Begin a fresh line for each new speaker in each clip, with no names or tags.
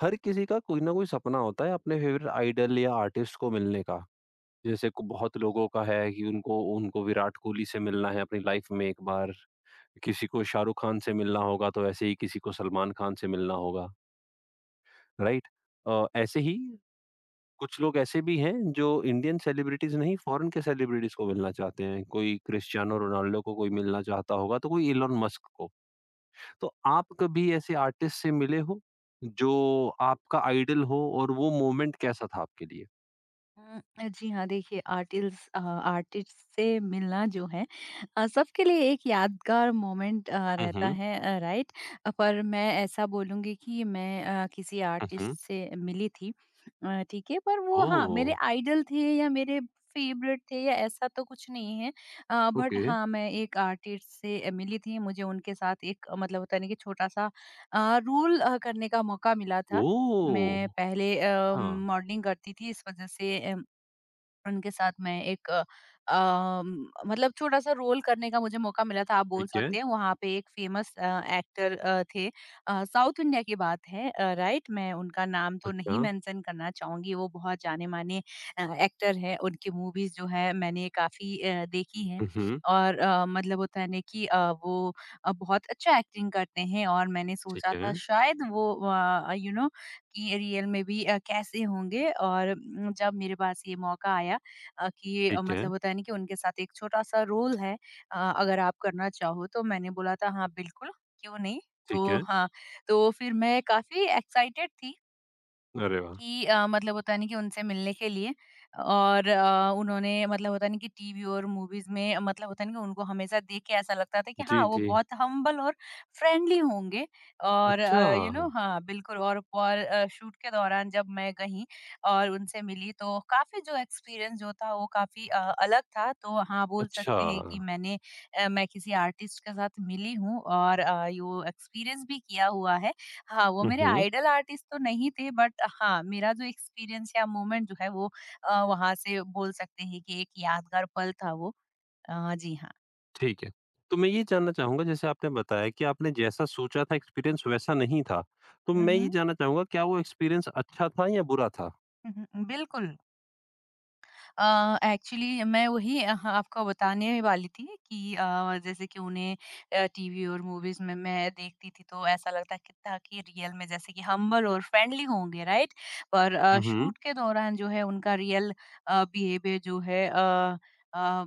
हर किसी का कोई ना कोई सपना होता है अपने फेवरेट आइडल या आर्टिस्ट को मिलने का। जैसे बहुत लोगों का है कि उनको उनको विराट कोहली से मिलना है अपनी लाइफ में एक बार। किसी को शाहरुख खान से मिलना होगा, तो ऐसे ही किसी को सलमान खान से मिलना होगा। राइट। ऐसे ही कुछ लोग ऐसे भी हैं जो इंडियन सेलिब्रिटीज नहीं, फॉरेन के सेलिब्रिटीज को मिलना चाहते हैं। कोई क्रिस्टियानो रोनाल्डो को, कोई मिलना चाहता होगा, तो कोई इलोन मस्क को। तो आप कभी ऐसे आर्टिस्ट से मिले हो जो आपका आइडल हो, और वो मोमेंट कैसा था आपके लिए?
जी हाँ, देखिए आर्टिल्स आर्टिस्ट से मिलना जो है सबके लिए एक यादगार मोमेंट
हुँ,
रहता
हुँ।
है राइट? पर मैं ऐसा बोलूँगी कि मैं किसी
हुँ,
आर्टिस्ट
हुँ।
से मिली थी ठीक है? पर वो हाँ,
ओह!
मेरे आइडल थे या मेरे फेवरेट थे या ऐसा तो कुछ नहीं है। But
okay.
हाँ, मैं एक आर्टिस्ट से मिली थी। मुझे उनके साथ एक मतलब होता है ना कि छोटा-सा रोल करने का मौका मिला था।
ओह!
मैं पहले
हाँ,
मॉडलिंग करती थी इस वज़ह से उनके साथ मैं एक अ, अम, मतलब छोटा-सा रोल करने का मुझे मौका मिला था आप बोल
ठीक है।
सकते हैं। वहाँ पे एक फ़ेमस एक्टर थे साउथ इंडिया की बात है राइट? मैं उनका नाम तो
अच्छा।
नहीं मेंशन करना चाहूँगी, वो बहुत जाने-माने एक्टर हैं। उनकी मूवीज़ जो है मैंने काफ़ी देखी हैं
हुँ, हुँ।
और मतलब होता है ना कि वो बहुत अच्छा एक्टिंग करते हैं और मैंने सोचा
ठीक है,
था शायद वो कि रियल में भी कैसे होंगे और जब मेरे पास ये मौका आया कि ये
ठीक है,
मतलब होता है ना कि उनके साथ एक छोटा-सा रोल है अगर आप करना चाहो तो। मैंने बोला था हाँ, बिल्कुल, क्यों नहीं?
ठीक
तो
है।
हाँ, तो फिर मैं काफ़ी एक्साइटेड थी
अरे वाह!
कि मतलब होता है ना कि उनसे मिलने के लिए और उन्होंने मतलब होता है ना कि टीवी और मूवीज में मतलब होता है ना कि उनको हमेशा देख के ऐसा लगता था कि
जी,
हाँ वो
जी।
बहुत हम्बल और फ्रेंडली होंगे और
अच्छा,
हाँ बिल्कुल और शूट के दौरान जब मैं गई और उनसे मिली तो काफी जो एक्सपीरियंस जो था वो काफी अलग था तो हाँ बोल
अच्छा।
सकते हैं कि मैंने मैं किसी आर्टिस्ट के साथ मिली हूँ और यो एक्सपीरियंस भी किया हुआ है हाँ, वो
हुँ,
मेरे
हुँ।
आइडल आर्टिस्ट तो नहीं थे बट हाँ, मेरा जो एक्सपीरियंस या मोमेंट जो है वो वहाँ से बोल सकते हैं कि एक यादगार पल था वो। जी हाँ।
ठीक है। तो मैं ये जानना चाहूँगा, जैसे आपने बताया कि आपने जैसा सोचा था एक्सपीरियंस वैसा नहीं था। तो
हुँ,
मैं ये
हुँ।
जानना चाहूँगा, क्या वो एक्सपीरियंस अच्छा था या बुरा था?
हुँ, हुँ। बिल्कुल। एक्चुअली मैं वही हाँ, आपको बताने वाली थी कि जैसे कि उन्हें टीवी और मूवीज में मैं देखती थी तो ऐसा लगता कि था कि रियल में जैसे कि हम्बल और फ्रेंडली होंगे राइट पर
हुँ, हुँ।
शूट के दौरान जो है उनका रियल बिहेवियर जो है अ,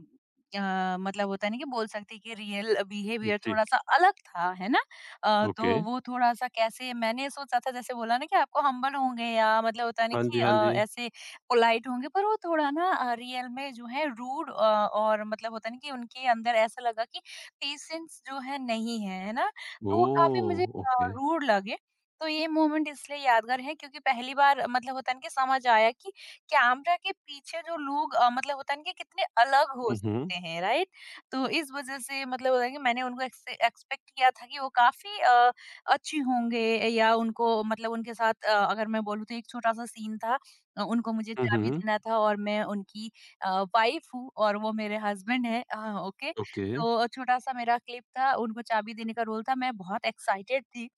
मतलब होता नहीं कि बोल सकते कि रियल बिहेवियर
जी।
थोड़ा सा अलग था है ना
ओके,
तो वो थोड़ा सा कैसे मैंने सोचा था जैसे बोला ना कि आपको हम्बल होंगे या मतलब होता नहीं
हाँ जी,
कि
हाँ जी।
ऐसे पोलाइट होंगे पर वो थोड़ा ना रियल में जो है रूड और मतलब होता है ना कि उनके अंदर ऐसा लगा कि पेशेंस जो है नहीं है, है ना? तो वो काफ़ी मुझे
ओह! ओके।
रूड लगे। तो ये मोमेंट इसलिए यादगार है क्योंकि पहली बार मतलब होता है ना कि समझ आया कि कैमरा के पीछे जो लोग मतलब होता है ना कि कितने अलग हो
हुँ, हुँ।
सकते हैं, राइट? तो इस वज़ह से मतलब होता है कि मैंने उनको एक्सपेक्ट किया था कि वो काफ़ी अच्छी होंगे या उनको मतलब उनके साथ अगर मैं बोलूँ तो एक छोटा-सा सीन था उनको मुझे
हुँ,
चाबी
हुँ।
देना था और मैं उनकी अ, वाइफ हूँ और वो मेरे हस्बैंड हैं ओके।
ओके,
तो छोटा-सा मेरा क्लिप था, उनको चाबी देने का रोल था, मैं बहुत एक्साइटेड थी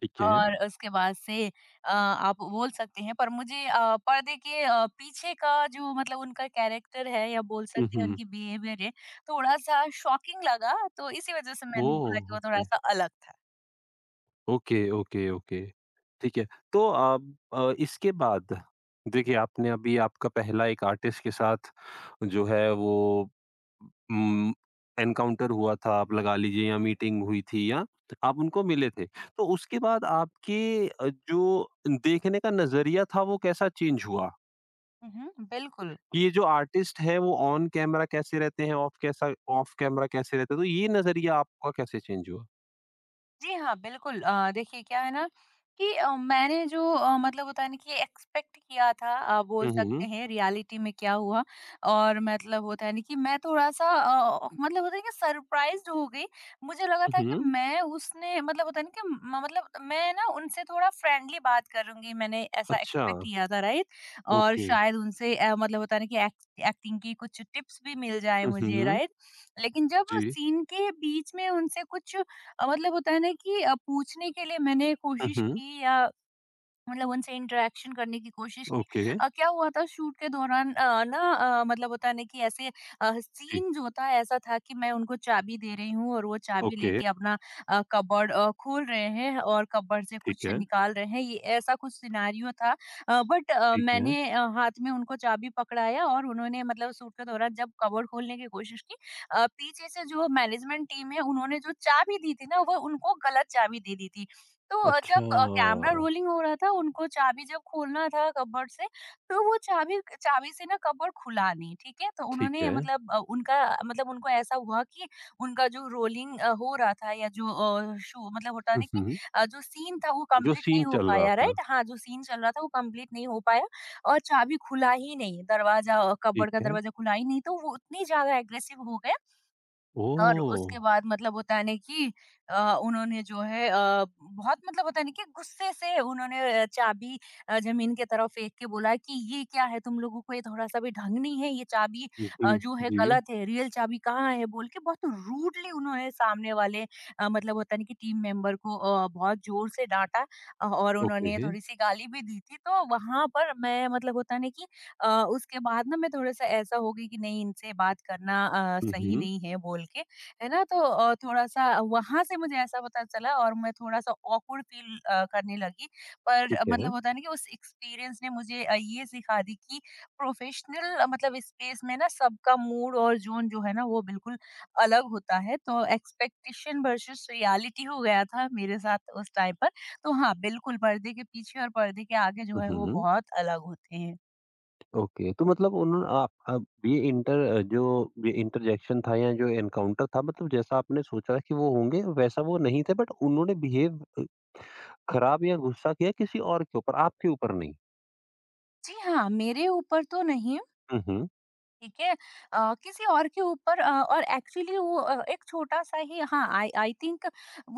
ठीक है।
और उसके बाद से आप बोल सकते हैं पर मुझे पर्दे के पीछे का जो मतलब उनका कैरेक्टर है या बोल
हुँ,
सकते हैं
हुँ।
उनकी बिहेवियर है, थोड़ा-सा शॉकिंग लगा, तो इसी वज़ह से मैंने बोला
ओह!
कि वो
ओके।
थोड़ा-सा अलग था।
Okay, okay, okay. ठीक है, तो अब इसके बाद देखिए, आपने अभी आपका पहला एक आर्टिस्ट के साथ जो है वो उम, एनकाउंटर हुआ था, आप लगा लीजिए, या मीटिंग हुई थी, या आप उनको मिले थे। तो उसके बाद आपके जो देखने का नज़रिया था वो कैसा चेंज हुआ?
हुँ, हुँ, बिल्कुल।
ये जो आर्टिस्ट है वो ऑन कैमरा कैसे रहते हैं, ऑफ कैमरा कैसे रहते हैं, तो ये नज़रिया आपका कैसे चेंज हुआ?
जी हाँ, बिल्कुल देखिए क्या है ना कि मैंने जो मतलब होता है ना कि एक्सपेक्ट किया था बोल
हुँ, हुँ।
सकते हैं रियलिटी में क्या हुआ और मतलब होता है ना कि मैं थोड़ा-सा मतलब होता है कि सरप्राइज़्ड हो गई। मुझे लगा था
हुँ,
कि
हुँ।
मैं उसने मतलब होता है ना कि म मतलब मैं ना उनसे थोड़ा फ्रेंडली बात करूँगी, मैंने ऐसा
अच्छा,
एक्सपेक्ट किया था राइट? और
ओके।
शायद उनसे मतलब होता है ना कि एक्स एक्टिंग की कुछ टिप्स भी मिल जाए
हुँ,
मुझे
हुँ।
राइट? लेकिन जब
जी।
सीन के बीच में उनसे कुछ मतलब होता है ना कि पूछने के लिए मैंने
हुँ,
कोशिश
हुँ।
की या मतलब उनसे इंटरेक्शन करने की कोशिश की।
ओके,
क्या हुआ था शूट के दौरान ना मतलब होता है ना कि ऐसे
जी।
सीन जो था ऐसा था कि मैं उनको चाबी दे रही हूँ और वो चाबी
ओके,
लेके अपना कबर्ड खोल रहे हैं और कबर्ड से
ठीक
कुछ
है,
निकाल रहे हैं ये ऐसा कुछ सिनेरियो था। बट
ठीक है।
मैंने हाथ में उनको चाबी पकड़ाया और उन्होंने मतलब शूट के दौरान जब कबर्ड खोलने की कोशिश की पीछे से जो मैनेजमेंट टीम है उन्होंने जो चाबी दी थी ना वो उनको गलत चाबी दे दी थी। तो जब कैमरा
अच्छा,
रोलिंग हो रहा था, उनको चाबी जब खोलना था कपबोर्ड से, तो वो चाबी चाबी से ना कपबोर्ड खुला नहीं, ठीक है? तो
ठीक
उन्होंने
है।
मतलब उनका मतलब उनको ऐसा हुआ कि उनका जो रोलिंग हो रहा था या जो शो मतलब होता है
हुँ,
ना कि
हुँ।
जो सीन था वो
जो
कंप्लीट
सीन
नहीं हो
चल रहा
पाया,
था,
राइट? हाँ, जो सीन चल रहा था वो कंप्लीट नहीं हो पाया और चाबी खुला ही नहीं, दरवाज़ा कपबोर्ड का
ठीक है।
दरवाज़ा खुला ही नहीं, तो वो उतनी ज़्यादा एग्रेसिव हो गया और
ओह!
उसके बाद मतलब होता है ना कि उन्होंने जो है बहुत मतलब होता है ना कि गुस्से से उन्होंने चाबी जमीन की तरफ फेंक के बोला कि ये क्या है तुम लोगों को ये थोड़ा सा भी ढंग नहीं है ये चाबी
जी,
जो है
जी।
गलत है रियल चाबी कहाँ है बोल के बहुत रूडली उन्होंने सामने वाले मतलब होता है ना कि टीम मेंबर को बहुत जोर से डांटा और उन्होंने
ओके।
थोड़ी सी गाली भी दी थी तो वहां पर मैं मतलब होता है ना कि अ, उसके बाद ना मैं थोड़ा सा ऐसा हो गई कि नहीं इनसे बात करना
हुँ,
सही
हुँ।
नहीं है बोल के है ना? तो थोड़ा-सा वहाँ से मुझे ऐसा पता चला और मैं थोड़ा-सा ऑकवर्ड फ़ील करने लगी। पर
ठीक है।
मतलब होता है ना कि उस एक्सपीरियंस ने मुझे ये सिखा दी कि प्रोफ़ेशनल मतलब स्पेस में ना सबका मूड और ज़ोन जो है ना वो बिल्कुल अलग होता है। तो एक्सपेक्टेशन वर्सेस रियलिटी हो गया था मेरे साथ उस टाइम पर। तो हाँ, बिल्कुल पर्दे के पीछे और पर्दे के आगे जो
हुँ,
है वो
हुँ।
बहुत अलग होते हैं।
ओके, तो मतलब उन्होंने, आप, अब ये इंटर जो ये इंटरजेक्शन था, या जो एनकाउंटर था, मतलब जैसा आपने सोचा कि वो होंगे वैसा वो नहीं थे, बट उन्होंने बिहेव खराब या गुस्सा किया किसी और के ऊपर, आपके ऊपर नहीं।
जी हाँ, मेरे ऊपर तो नहीं
हम्म।
ठीक है किसी और के ऊपर और एक्चुअली वो एक छोटा सा ही हाँ आई आई थिंक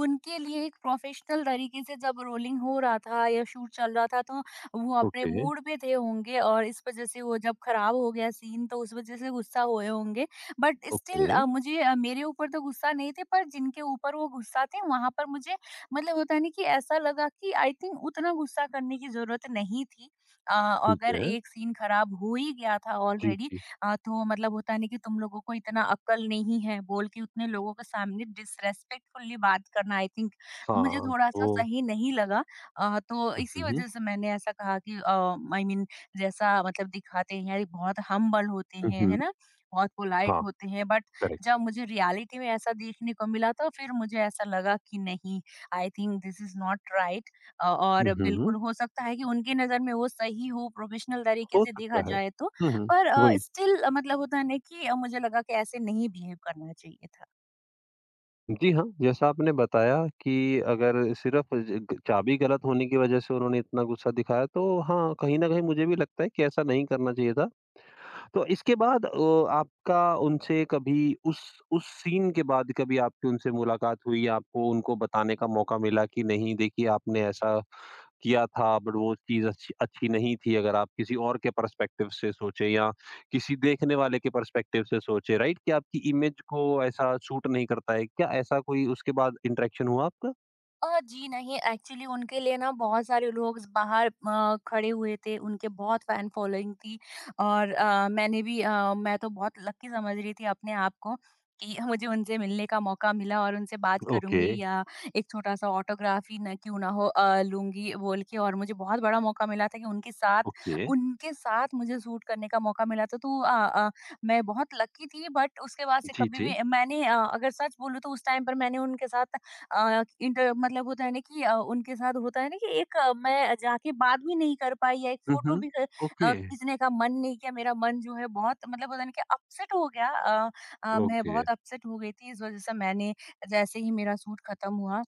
उनके लिए एक प्रोफेशनल तरीके से जब रोलिंग हो रहा था या शूट चल रहा था तो वो अपने
ओके।
मूड पे थे होंगे और इस वजह से वो जब खराब हो गया सीन तो उस वजह से गुस्सा हुए होंगे बट स्टिल
ओके।
मुझे मेरे ऊपर तो गुस्सा नहीं थे पर जिनके ऊपर वो गुस्सा थे वहां पर मुझे मतलब होता है ना कि ऐसा लगा कि आई थिंक उतना गुस्सा करने की जरूरत नहीं थी अ,
ठीक
अगर
है।
एक सीन खराब हो ही गया था
जी,
ऑलरेडी
जी।
तो मतलब होता है ना कि तुम लोगों को इतना अक्ल नहीं है बोल के उतने लोगों के सामने डिसरेस्पेक्टफुली बात करना आई थिंक मुझे
हाँ,
थोड़ा-सा
वो।
सही नहीं लगा। तो इसी
हम्म।
वजह से मैंने ऐसा कहा कि आई मीन जैसा मतलब दिखाते हैं, बहुत हम्बल होते हैं,
हम्म।
है ना? बहुत पोलाइट
हाँ,
होते हैं बट
करेक्ट।
जब मुझे रियलिटी में ऐसा देखने को मिला तो फिर मुझे ऐसा लगा कि नहीं, I think this is not right. और
हम्म।
बिल्कुल हो सकता है कि उनकी नज़र में वो सही हो, प्रोफेशनल तरीके
हो
से देखा
सकता है।
जाए तो।
हम्म।
पर
वही।
स्टिल मतलब होता है ना कि मुझे लगा कि ऐसे नहीं बिहेव करना चाहिए।
जी हाँ, जैसा आपने बताया कि अगर सिर्फ़ ज ग चाबी गलत होने की वज़ह से उन्होंने इतना गुस्सा दिखाया, तो हाँ, कहीं न कहीं मुझे भी लगता है कि ऐसा नहीं करना चाहिए था। तो इसके बाद आपका उनसे कभी, उस सीन के बाद कभी आपकी उनसे मुलाकात हुई, आपको उनको बताने का मौका मिला कि नहीं देखिए आपने ऐसा किया था, बट वो चीज़ अच्छी अच्छी नहीं थी, अगर आप किसी और के पर्सपेक्टिव से सोचें, या किसी देखने वाले के पर्सपेक्टिव से सोचें, राइट, कि आपकी इमेज को ऐसा सूट नहीं करता है। क्या ऐसा कोई उसके बाद इंटरेक्शन हुआ आपका?
जी नहीं, एक्चुअली उनके लिए ना बहुत सारे लोग बाहर खड़े हुए थे, उनके बहुत फैन फॉलोइंग थी। और मैंने भी मैं तो बहुत लकी समझ रही थी अपने आप को कि मुझे उनसे मिलने का मौका मिला और उनसे बात
ओके,
करूँगी, या एक छोटा-सा ऑटोग्राफ ही ना क्यों ना हो लूँगी बोल के। और मुझे बहुत बड़ा मौका मिला था कि उनके साथ
ओके।
उनके साथ मुझे शूट करने का मौका मिला था, तो मैं बहुत लकी थी। बट उसके बाद से
जी,
कभी
जी।
भी मैंने अगर सच बोलूँ तो उस टाइम पर मैंने उनके साथ अ, इंटर मतलब होता है ना कि उनके साथ होता है ना कि एक मैं जाके बात भी नहीं कर पाई, या एक
हुँ,
फ़ोटो
हुँ।
भी
ओके,
खींचने का मन नहीं किया। मेरा मन जो है बहुत मतलब पता नहीं क्या अपसेट हो गया। मैं
ओके।
बहुत अपसेट हो गई थी, इस वज़ह से मैंने जैसे ही मेरा शूट खत्म हुआ,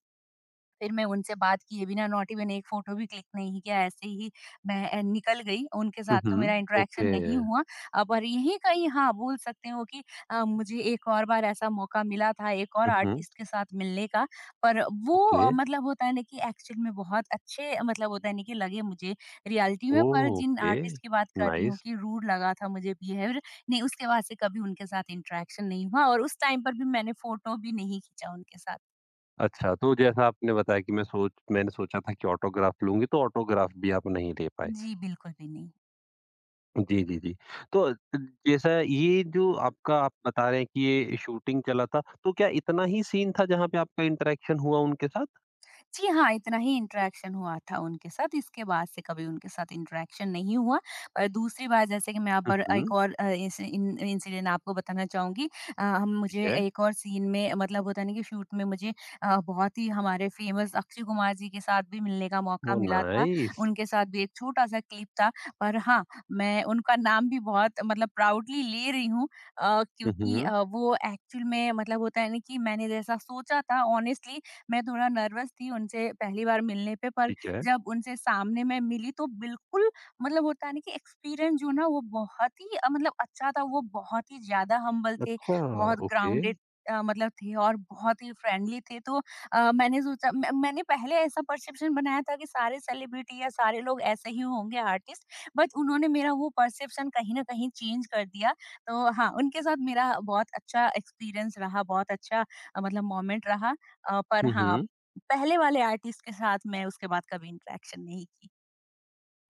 फिर मैं उनसे बात किए बिना नॉटी मैंने एक फ़ोटो भी क्लिक नहीं किया, ऐसे ही मैं निकल गई। उनके
हुँ,
साथ तो मेरा
हुँ।
Interaction
okay.
नहीं हुआ। पर यहीं कहीं हाँ, बोल सकते हो कि मुझे एक और बार ऐसा मौका मिला था, एक और
हुँ, हुँ।
आर्टिस्ट के साथ मिलने का, पर वो
ओके।
मतलब होता है ना कि एक्चुअल में बहुत अच्छे मतलब होता है ना कि लगे मुझे रियलिटी में, पर
ओह!
जिन
ओके,
आर्टिस्ट की बात कर रही हूँ
नाइस।
कि रूड लगा था मुझे बिहेवियर, नहीं उसके बाद से कभी उनके साथ इंटरेक्शन नहीं हुआ और उस टाइम पर भी मैंने फ़ोटो भी नहीं खींचा उनके साथ।
अच्छा, तो जैसा आपने बताया कि मैं सोच मैंने सोचा था कि ऑटोग्राफ लूँगी, तो ऑटोग्राफ भी आप नहीं ले पाए।
जी, बिल्कुल भी नहीं।
जी, जी, जी। तो जैसा ये जो आपका आप बता रहे हैं कि ये शूटिंग चला था, तो क्या इतना ही सीन था जहाँ पे आपका इंटरैक्शन हुआ उनके साथ?
जी हाँ, इतना ही इंटरेक्शन हुआ था उनके साथ, इसके बाद से कभी उनके साथ इंटरेक्शन नहीं हुआ। पर दूसरी बार, जैसे कि मैं आप
हुँ,
पर एक
हुँ,
और अ, इस इन इंसिडेंट आपको बताना चाहूँगी। अ, हम
ठीक
मुझे
है।
एक और सीन में, मतलब होता है ना कि शूट में, मुझे बहुत ही हमारे फेमस अक्षय कुमार जी के साथ भी मिलने का मौका
ओह
मिला था।
नाइस!
उनके साथ भी एक छोटा-सा क्लिप था, पर हाँ, मैं उनका नाम भी बहुत मतलब प्राउडली ले रही हूँ,
हुँ,
क्योंकि
हुँ,
वो एक्चुअल में मतलब होता है ना कि मैंने जैसा सोचा था ऑनेस्टली, मैं थोड़ा नर्वस थी उनसे पहली बार मिलने पे, पर
ठीक है।
जब उनसे सामने मैं मिली तो बिल्कुल मतलब होता है ना कि एक्सपीरियंस जो ना वो बहुत ही मतलब अच्छा था। वो बहुत ही ज़्यादा हम्बल थे,
अच्छा,
बहुत
ओके।
ग्राउंडेड मतलब थे, और बहुत ही फ्रेंडली थे। तो मैंने सोचा, मैंने पहले ऐसा परसेप्शन बनाया था कि सारे सेलिब्रिटी या सारे लोग ऐसे ही होंगे आर्टिस्ट, बट उन्होंने मेरा वो परसेप्शन कहीं न कहीं चेंज कर दिया। तो हाँ, उनके साथ मेरा बहुत अच्छा एक्सपीरियंस रहा, बहुत अच्छा मतलब मोमेंट रहा। पर
हुँ,
हाँ,
हुँ,
पहले वाले आर्टिस्ट के साथ मैं उसके बाद कभी इंटरैक्शन नहीं की।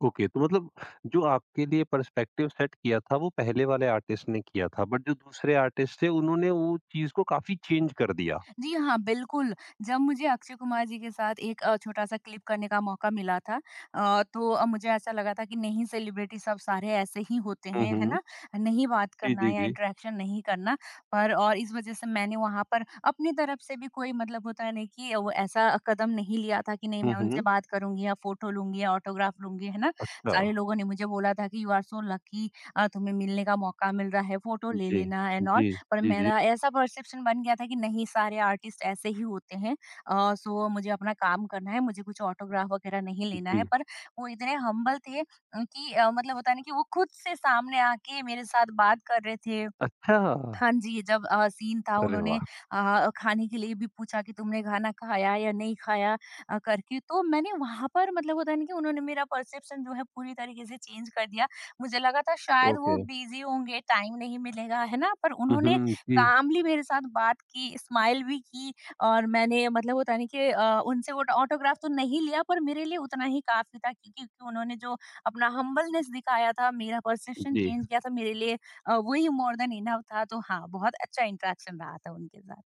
ओके, तो मतलब जो आपके लिए पर्सपेक्टिव सेट किया था वो पहले वाले आर्टिस्ट ने किया था, बट जो दूसरे आर्टिस्ट थे उन्होंने वो चीज़ को काफ़ी चेंज कर दिया।
जी हाँ, बिल्कुल। जब मुझे अक्षय कुमार जी के साथ एक छोटा-सा क्लिप करने का मौका मिला था, तो मुझे ऐसा लगा था कि नहीं सेलिब्रिटी सब सारे ऐसे ही होते
हुँ,
हैं, है
हुँ,
ना? नहीं बात
जी,
करना
जी,
या
जी।
इंटरेक्शन नहीं करना, पर और इस वज़ह से मैंने वहाँ पर अपनी तरफ से भी कोई, मतलब होता है ना कि, वो ऐसा कदम नहीं लिया था कि नहीं
हुँ,
मैं उनसे
हुँ,
बात करूँगी या फ़ोटो लूँगी या ऑटोग्राफ लूँगी, है ना?
अच्छा।
सारे लोगों ने मुझे बोला था कि यू आर सो लकी, तुम्हें मिलने का मौका मिल रहा है, फ़ोटो ले
जी,
लेना एंड ऑल।
जी,
पर
जी, जी,
मेरा ऐसा परसेप्शन बन गया था कि नहीं सारे आर्टिस्ट ऐसे ही होते हैं, सो मुझे अपना काम करना है, मुझे कुछ ऑटोग्राफ वगैरह नहीं लेना है।
जी।
पर वो इतने हम्बल थे कि मतलब होता है ना कि वो खुद से सामने आके मेरे साथ बात कर रहे थे।
अच्छा!
हाँ जी, जब सीन था,
अरे
उन्होंने
वाह!
खाने के लिए भी पूछा कि तुमने खाना खाया या नहीं खाया करके। तो मैंने वहाँ पर, मतलब होता है ना कि, उन्होंने मेरा परसेप्शन जो है पूरी तरीके से चेंज कर दिया। मुझे लगा था शायद
ओके।
वो बिज़ी होंगे, टाइम नहीं मिलेगा, है ना? पर
हुँ,
उन्होंने
हुँ, जी,
कामली मेरे साथ बात की, स्माइल भी की। और मैंने, मतलब होता नहीं कि, उनसे वो ऑटोग्राफ तो नहीं लिया, पर मेरे लिए उतना ही काफ़ी था, क्योंकि क्योंकि उन्होंने जो अपना हम्बलनेस दिखाया था, मेरा परसेप्शन
जी।
चेंज किया था, मेरे लिए वही मोर देन इनफ था। तो हाँ, बहुत अच्छा इंटरेक्शन रहा था उनके साथ।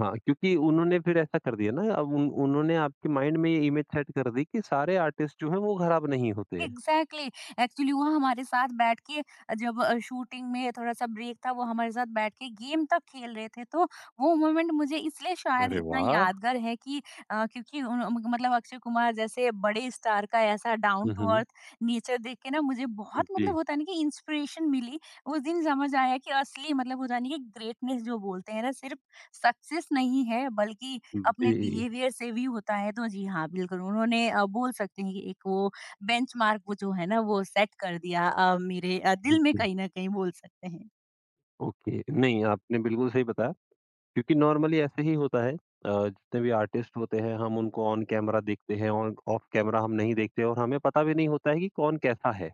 हाँ, क्योंकि उन्होंने फिर ऐसा कर दिया ना, अब उन उन्होंने आपके माइंड में ये इमेज सेट कर दी कि सारे आर्टिस्ट जो हैं वो खराब नहीं होते हैं।
एग्जैक्टली। एक्चुअली वो हमारे साथ बैठ के, जब शूटिंग में थोड़ा सा ब्रेक था, वो हमारे साथ बैठ के गेम तक खेल रहे थे। तो वो मोमेंट मुझे इसलिए शायद
अरे
इतना
वाह!
यादगार है कि क्योंकि मतलब अक्षय कुमार जैसे बड़े स्टार का ऐसा down
um,
to
um.
Earth nature देख के ना, मुझे बहुत, मतलब
जी,
होता नहीं कि, इंस्पिरेशन मिली। उस दिन समझ आया कि असली, मतलब होता नहीं कि, ग्रेटनेस जो बोलते हैं ना, सिर्फ सक्सेस नहीं है, बल्कि अपने
जी,
बिहेवियर से भी होता है। तो जी हाँ, बिल्कुल, उन्होंने बोल सकते हैं कि एक वो बेंचमार्क वो जो है ना वो सेट कर दिया, मेरे दिल में
जी।
कहीं न कहीं, बोल सकते हैं।
ओके, नहीं आपने बिल्कुल सही बताया, क्योंकि नॉर्मली ऐसे ही होता है। जितने भी आर्टिस्ट होते हैं हम उनको ऑन कैमरा देखते हैं और ऑफ कैमरा हम नहीं देखते, और हमें पता भी नहीं होता है कि कौन कैसा है।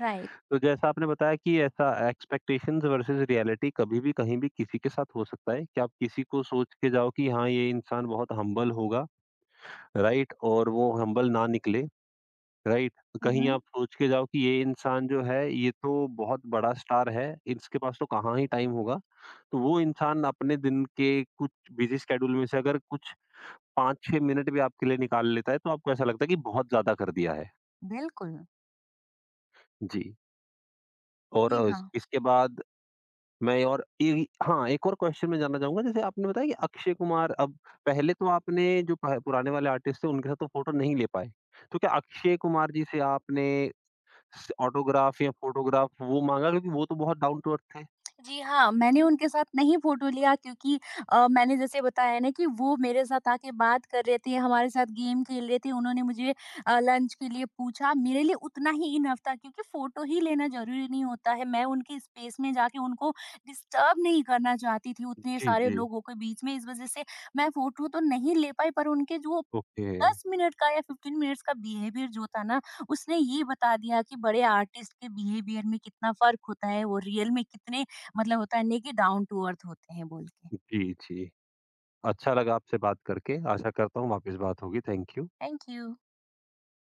राइट।
तो जैसा आपने बताया कि ऐसा एक्सपेक्टेशंस वर्सेस रियलिटी कभी भी कहीं भी किसी के साथ हो सकता है, कि आप किसी को सोच के जाओ कि हाँ, ये इंसान बहुत हम्बल होगा, राइट, और वो हम्बल ना निकले। राइट।
हुँ,
कहीं
हुँ।
आप सोच के जाओ कि ये इंसान जो है ये तो बहुत बड़ा स्टार है, इसके पास तो कहाँ ही टाइम होगा, तो वो इंसान अपने दिन के कुछ बिजी स्केड्यूल में से अगर कुछ 5-6 मिनट भी आपके लिए निकाल लेता है तो आपको ऐसा लगता है कि बहुत ज्यादा कर दिया है।
बिल्कुल।
जी। और
जी हाँ।
इसके बाद मैं और ए हाँ, एक और क्वेश्चन मैं जानना चाहूँगा, जैसे आपने बताया कि अक्षय कुमार, अब पहले तो आपने जो प पुराने वाले आर्टिस्ट थे उनके साथ तो फ़ोटो नहीं ले पाए। तो क्या अक्षय कुमार जी से आपने स ऑटोग्राफ या फ़ोटोग्राफ वो माँगा क्योंकि वो तो बहुत डाउन टू अर्थ थे?
जी हाँ, मैंने उनके साथ नहीं फ़ोटो लिया, क्योंकि मैंने जैसे बताया ना कि वो मेरे साथ आके बात कर रहे थे, हमारे साथ गेम खेल रहे थे, उन्होंने मुझे लंच के लिए पूछा। मेरे लिए उतना ही इनफ था, क्योंकि फ़ोटो ही लेना ज़रूरी नहीं होता है। मैं उनकी स्पेस में जाके उनको डिस्टर्ब नहीं करना चाहती थी उतने
जी,
सारे
जी।
लोगों के बीच में, इस वज़ह से मैं फ़ोटो तो नहीं ले पाई। पर उनके जो
ओके।
10 मिनट का या 15 मिनट्स का बिहेवियर जो था ना, उसने ये बता दिया कि बड़े आर्टिस्ट के बिहेवियर में कितना फ़र्क होता है, वो रियल में कितने, मतलब होता है नहीं कि, डाउन टू अर्थ होते हैं बोल के।
जी, जी। अच्छा लगा आपसे बात करके। आशा करता हूँ वापस बात होगी। Thank you.
Thank you.